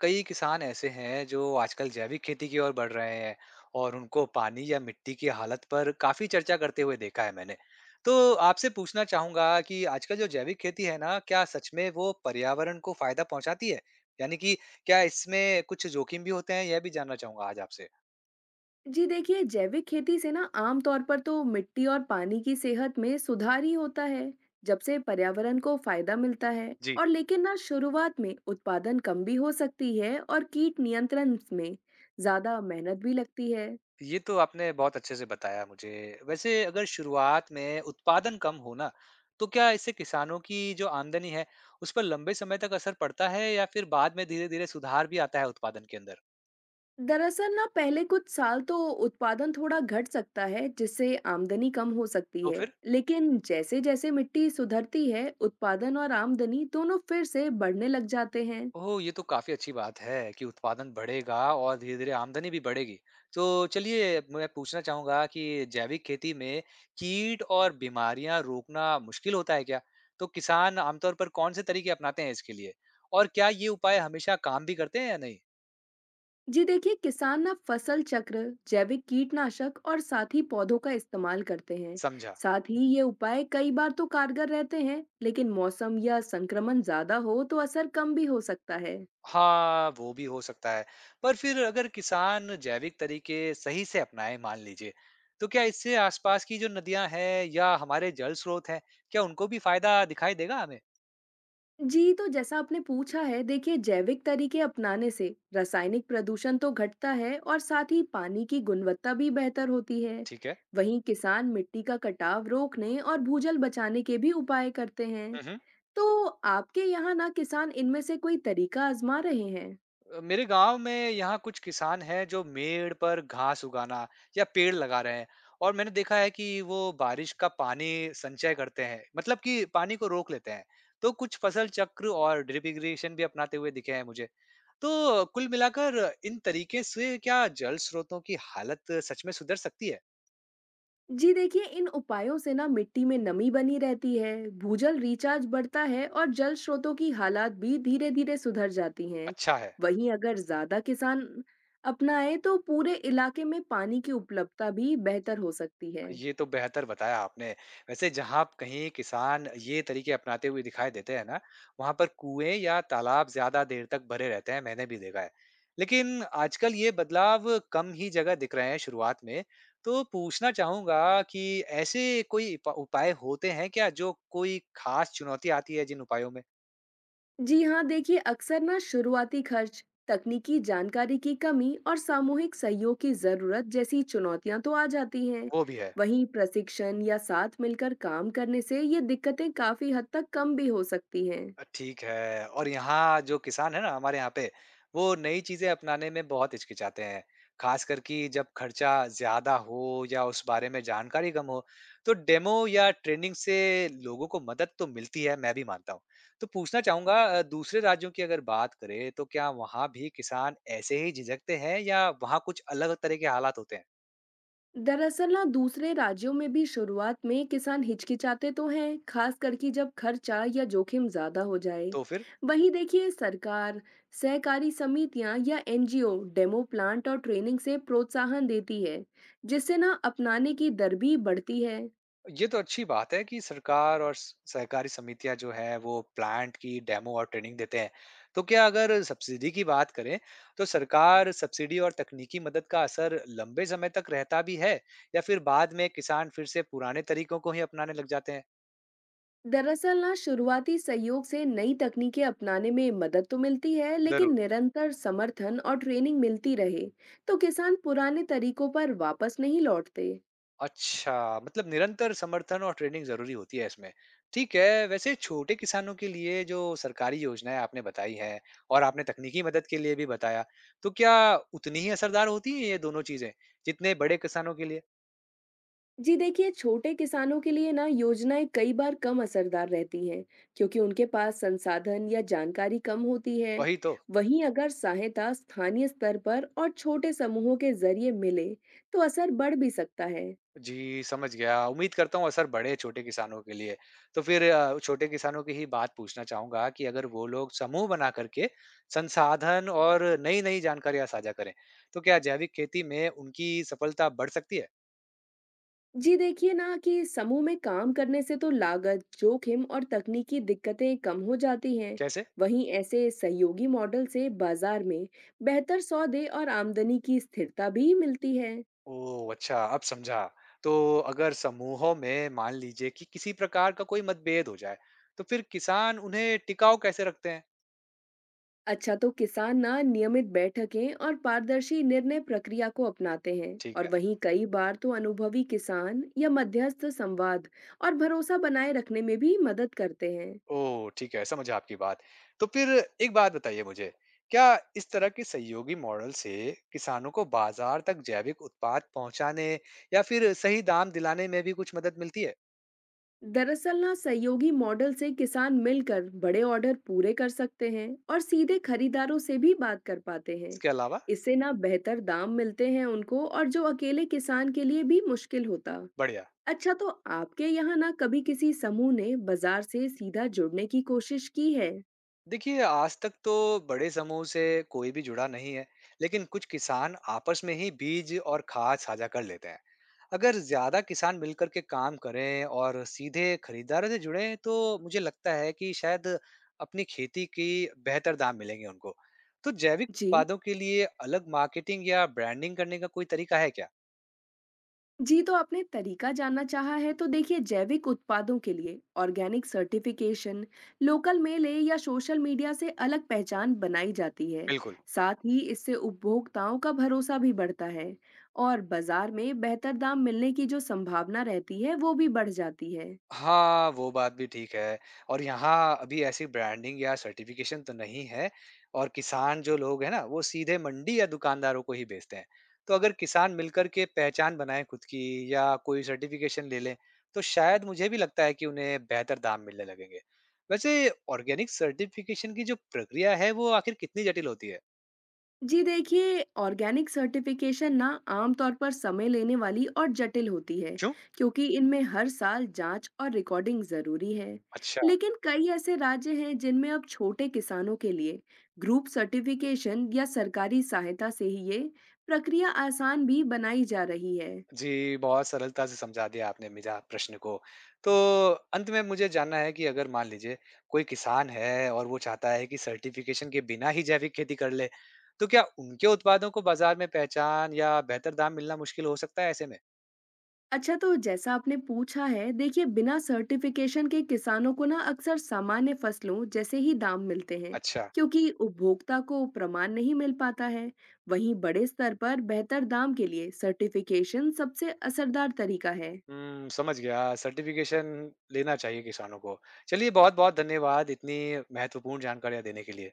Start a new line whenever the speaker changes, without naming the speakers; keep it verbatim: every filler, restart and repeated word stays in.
कई किसान ऐसे हैं जो आजकल जैविक खेती की ओर बढ़ रहे हैं और उनको पानी या मिट्टी की हालत पर काफी चर्चा करते हुए देखा है मैंने। तो आपसे पूछना चाहूंगा कि आजकल जो जैविक खेती है ना, क्या सच में वो पर्यावरण को फायदा पहुंचाती है, यानी कि क्या इसमें कुछ जोखिम भी होते हैं, यह भी जानना चाहूंगा आज आपसे।
जी देखिए, जैविक खेती से ना आमतौर पर तो मिट्टी और पानी की सेहत में सुधार ही होता है। जब से पर्यावरण को फायदा मिलता है और लेकिन ना शुरुआत में उत्पादन कम भी हो सकती है और कीट नियंत्रण में ज्यादा मेहनत भी लगती है।
ये तो आपने बहुत अच्छे से बताया मुझे। वैसे अगर शुरुआत में उत्पादन कम हो ना, तो क्या इससे किसानों की जो आमदनी है, उस पर लंबे समय तक असर पड़ता है या फिर बाद में धीरे-धीरे सुधार भी आता है उत्पादन के अंदर?
दरअसल ना पहले कुछ साल तो उत्पादन थोड़ा घट सकता है जिससे आमदनी कम हो सकती
तो
है,
फिर?
लेकिन जैसे जैसे मिट्टी सुधरती है उत्पादन और आमदनी दोनों फिर से बढ़ने लग जाते हैं।
ओह! ये तो काफ़ी अच्छी बात है कि उत्पादन बढ़ेगा और धीरे-धीरे आमदनी भी बढ़ेगी। तो चलिए मैं पूछना चाहूँगा कि जैविक खेती में कीट और बीमारियाँ रोकना मुश्किल होता है क्या? तो किसान आमतौर पर कौन से तरीके अपनाते हैं इसके लिए? और क्या ये उपाय हमेशा काम भी करते हैं या नहीं?
जी देखिए, किसान ना फसल चक्र, जैविक कीटनाशक और साथ ही पौधों का इस्तेमाल करते हैं।
समझा।
साथ ही ये उपाय कई बार तो कारगर रहते हैं, लेकिन मौसम या संक्रमण ज्यादा हो तो असर कम भी हो सकता है।
हाँ, वो भी हो सकता है। पर फिर अगर किसान जैविक तरीके सही से अपनाएँ मान लीजिए, तो क्या इससे आसपास की जो नदियाँ हैं या हमारे जल स्रोत हैं, क्या उनको भी फ़ायदा दिखाई देगा हमें?
जी, तो जैसा आपने पूछा है, देखिए जैविक तरीके अपनाने से रासायनिक प्रदूषण तो घटता है और साथ ही पानी की गुणवत्ता भी बेहतर होती है।
ठीक है।
वहीं किसान मिट्टी का कटाव रोकने और भूजल बचाने के भी उपाय करते हैं।
हुँ, हुँ।
तो आपके यहाँ ना किसान इनमें से कोई तरीका आजमा रहे हैं?
अ, मेरे गांव में यहाँ कुछ किसान हैं जो मेड़ पर घास उगाना या पेड़ लगा रहे हैं, और मैंने देखा है कि वो बारिश का पानी संचय करते हैं, मतलब कि पानी को रोक लेते हैं। तो कुछ फसल चक्र और ड्रिप इरिगेशन भी अपनाते हुए दिखे हैं मुझे। तो कुल मिलाकर इन तरीके से क्या जल स्रोतों की हालत सच में सुधर सकती है?
जी देखिए, इन उपायों से ना मिट्टी में नमी बनी रहती है, भूजल रिचार्ज बढ़ता है और जल स्रोतों की हालात भी धीरे-धीरे सुधर जाती हैं।
अच्छा है।
वहीं अगर ज्यादा किसान अपनाए तो पूरे इलाके में पानी की उपलब्धता भी बेहतर हो सकती है।
ये तो बेहतर बताया आपने। वैसे जहाँ आप कहीं किसान ये तरीके अपनाते हुए दिखाई देते हैं ना, वहाँ पर कुएँ या तालाब ज़्यादा देर तक भरे रहते हैं, मैंने भी देखा है। लेकिन आजकल ये बदलाव कम ही जगह दिख रहे हैं शुरुआत में, तो पूछना चाहूँगा कि ऐसे कोई इप उपाय होते हैं क्या, जो कोई खास चुनौती आती है जिन उपायों में?
जी हाँ, देखिए अक्सर ना शुरुआती खर्च, तकनीकी जानकारी की कमी और सामूहिक सहयोग की जरूरत जैसी चुनौतियां तो आ जाती हैं।
वो भी है।
वहीं प्रशिक्षण या साथ मिलकर काम करने से ये दिक्कतें काफी हद तक कम भी हो सकती हैं।
अ, ठीक है। और यहाँ जो किसान है ना हमारे यहाँ पे, वो नई चीज़ें अपनाने में बहुत हिचकिचाते हैं। ख़ासकर कि जब खर्चा ज़्यादा हो या उस बारे में जानकारी कम हो, तो डेमो या ट्रेनिंग से लोगों को मदद तो मिलती है, मैं भी मानता हूँ। तो पूछना चाहूँगा अ, दूसरे राज्यों की अगर बात करें, तो क्या वहाँ भी किसान ऐसे ही झिझकते हैं या वहाँ कुछ अलग तरह के हालात होते हैं?
दरअसल ना दूसरे राज्यों में भी शुरुआत में किसान हिचकिचाते तो हैं, खास करके जब खर्चा या जोखिम ज्यादा हो जाए।
तो फिर?
वहीं देखिए, सरकार, सहकारी समितियां या N G O demo plant और ट्रेनिंग से प्रोत्साहन देती है, जिससे ना अपनाने की दर भी बढ़ती है।
ये तो अच्छी बात है कि सरकार और स- सहकारी समितियां जो है वो प्लांट की डेमो और ट्रेनिंग देते हैं। तो क्या, अगर सब्सिडी की बात करें, तो सरकार सब्सिडी और तकनीकी मदद का असर लंबे समय तक रहता भी है या फिर बाद में किसान फिर से पुराने तरीकों को ही अपनाने लग जाते हैं?
दरअसल ना शुरुआती सहयोग से नई तकनीकें अपनाने में मदद तो मिलती है, लेकिन
जरूर।
निरंतर समर्थन और ट्रेनिंग मिलती रहे तो किसान पुराने तरीकों पर वापस नहीं लौटते।
अच्छा, मतलब निरंतर समर्थन और ट्रेनिंग ज़रूरी होती है इसमें। ठीक है, वैसे छोटे किसानों के लिए जो सरकारी योजनाएँ आपने बताई हैं और आपने तकनीकी मदद के लिए भी बताया, तो क्या उतनी ही असरदार होती हैं ये दोनों चीज़ें, जितने बड़े किसानों के लिए?
जी देखिए, छोटे किसानों के लिए ना योजनाएं कई बार कम असरदार रहती हैं, क्योंकि उनके पास संसाधन या जानकारी कम होती है।
वही तो।
वहीं अगर सहायता स्थानीय स्तर पर और छोटे समूहों के जरिए मिले तो असर बढ़ भी सकता है।
जी, समझ गया। उम्मीद करता हूँ असर बढ़े छोटे किसानों के लिए। तो फिर अ, छोटे किसानों की ही बात पूछना चाहूँगा कि अगर वो लोग समूह बना करके संसाधन और नई-नई जानकारियाँ साझा करें, तो क्या जैविक खेती में उनकी सफलता बढ़ सकती है?
जी देखिए ना कि समूह में काम करने से तो लागत, जोखिम और तकनीकी दिक्कतें कम हो जाती हैं।
कैसे?
वहीं ऐसे सहयोगी मॉडल से बाजार में बेहतर सौदे और आमदनी की स्थिरता भी मिलती है।
ओह! अच्छा, अब समझा। तो अगर समूहों में मान लीजिए कि किसी प्रकार का कोई मतभेद हो जाए, तो फिर किसान उन्हें टिकाऊ कैसे रखते हैं?
अच्छा, तो किसान ना नियमित बैठकें और पारदर्शी निर्णय प्रक्रिया को अपनाते हैं
ठीक
और
है।
वहीं कई बार तो अनुभवी किसान या मध्यस्थ संवाद और भरोसा बनाए रखने में भी मदद करते हैं।
ओह! ठीक है, समझा आपकी बात। तो फिर एक बात बताइए मुझे, क्या इस तरह के सहयोगी मॉडल से किसानों को बाज़ार तक जैविक उत्पाद पहुँचाने या फिर सही दाम दिलाने में भी कुछ मदद मिलती है?
दरअसल ना सहयोगी मॉडल से किसान मिलकर बड़े ऑर्डर पूरे कर सकते हैं और सीधे खरीदारों से भी बात कर पाते हैं।
इसके अलावा?
इससे ना बेहतर दाम मिलते हैं उनको, और जो अकेले किसान के लिए भी मुश्किल होता।
बढ़िया।
अच्छा, तो आपके यहाँ ना कभी किसी समूह ने बाजार से सीधा जुड़ने की कोशिश की है?
देखिए आज तक तो बड़े समूह से कोई भी जुड़ा नहीं है, लेकिन कुछ किसान आपस में ही बीज और खाद साझा कर लेते हैं। अगर ज्यादा किसान मिलकर के काम करें और सीधे खरीदारों से जुड़े, तो मुझे लगता है कि शायद अपनी खेती की बेहतर दाम मिलेंगे उनको। तो जैविक
जी।
उत्पादों के लिए अलग मार्केटिंग या ब्रांडिंग करने का कोई तरीका है क्या?
जी, तो आपने तरीका जानना चाहा है तो देखिए, जैविक उत्पादों के लिए ऑर्गेनिक सर्टिफिकेशन, लोकल मेले या सोशल मीडिया से अलग पहचान बनाई जाती है।
बिल्कुल।
साथ ही इससे उपभोक्ताओं का भरोसा भी बढ़ता है और बाजार में बेहतर दाम मिलने की जो संभावना रहती है वो भी बढ़ जाती है।
हाँ, वो बात भी ठीक है। और यहाँ अभी ऐसी ब्रांडिंग या सर्टिफ़िकेशन तो नहीं है, और किसान जो लोग हैं ना, वो सीधे मंडी या दुकानदारों को ही बेचते हैं। तो अगर किसान मिलकर के पहचान बनाएँ खुद की या कोई सर्टिफ़िकेशन ले लें, तो शायद मुझे भी लगता है कि उन्हें बेहतर दाम मिलने लगेंगे। वैसे ऑर्गेनिक सर्टिफ़िकेशन की जो प्रक्रिया है, वो आखिर कितनी जटिल होती है?
जी देखिए, ऑर्गेनिक सर्टिफिकेशन ना आमतौर पर समय लेने वाली और जटिल होती है,
क्यों?
क्योंकि इनमें हर साल जांच और रिकॉर्डिंग जरूरी है।
अच्छा।
लेकिन कई ऐसे राज्य हैं जिनमें अब छोटे किसानों के लिए ग्रुप सर्टिफिकेशन या सरकारी सहायता से ही ये प्रक्रिया आसान भी बनाई जा रही है।
जी, बहुत सरलता से समझा दिया आपने मेरा प्रश्न को। तो अंत में मुझे जानना है कि अगर मान लीजिए कोई किसान है और वो चाहता है कि सर्टिफ़िकेशन के बिना ही जैविक खेती कर ले, तो क्या उनके उत्पादों को बाज़ार में पहचान या बेहतर दाम मिलना मुश्किल हो सकता है ऐसे में?
अच्छा, तो जैसा आपने पूछा है देखिए, बिना सर्टिफिकेशन के किसानों को ना अक्सर सामान्य फसलों जैसे ही दाम मिलते हैं,
अच्छा।
क्योंकि उपभोक्ता को प्रमाण नहीं मिल पाता है। वहीं बड़े स्तर पर बेहतर दाम के लिए सर्टिफिकेशन सबसे असरदार तरीका है।
हुँ, समझ गया। सर्टिफ़िकेशन लेना चाहिए किसानों को। चलिए बहुत-बहुत धन्यवाद इतनी महत्वपूर्ण जानकारियाँ देने के लिए।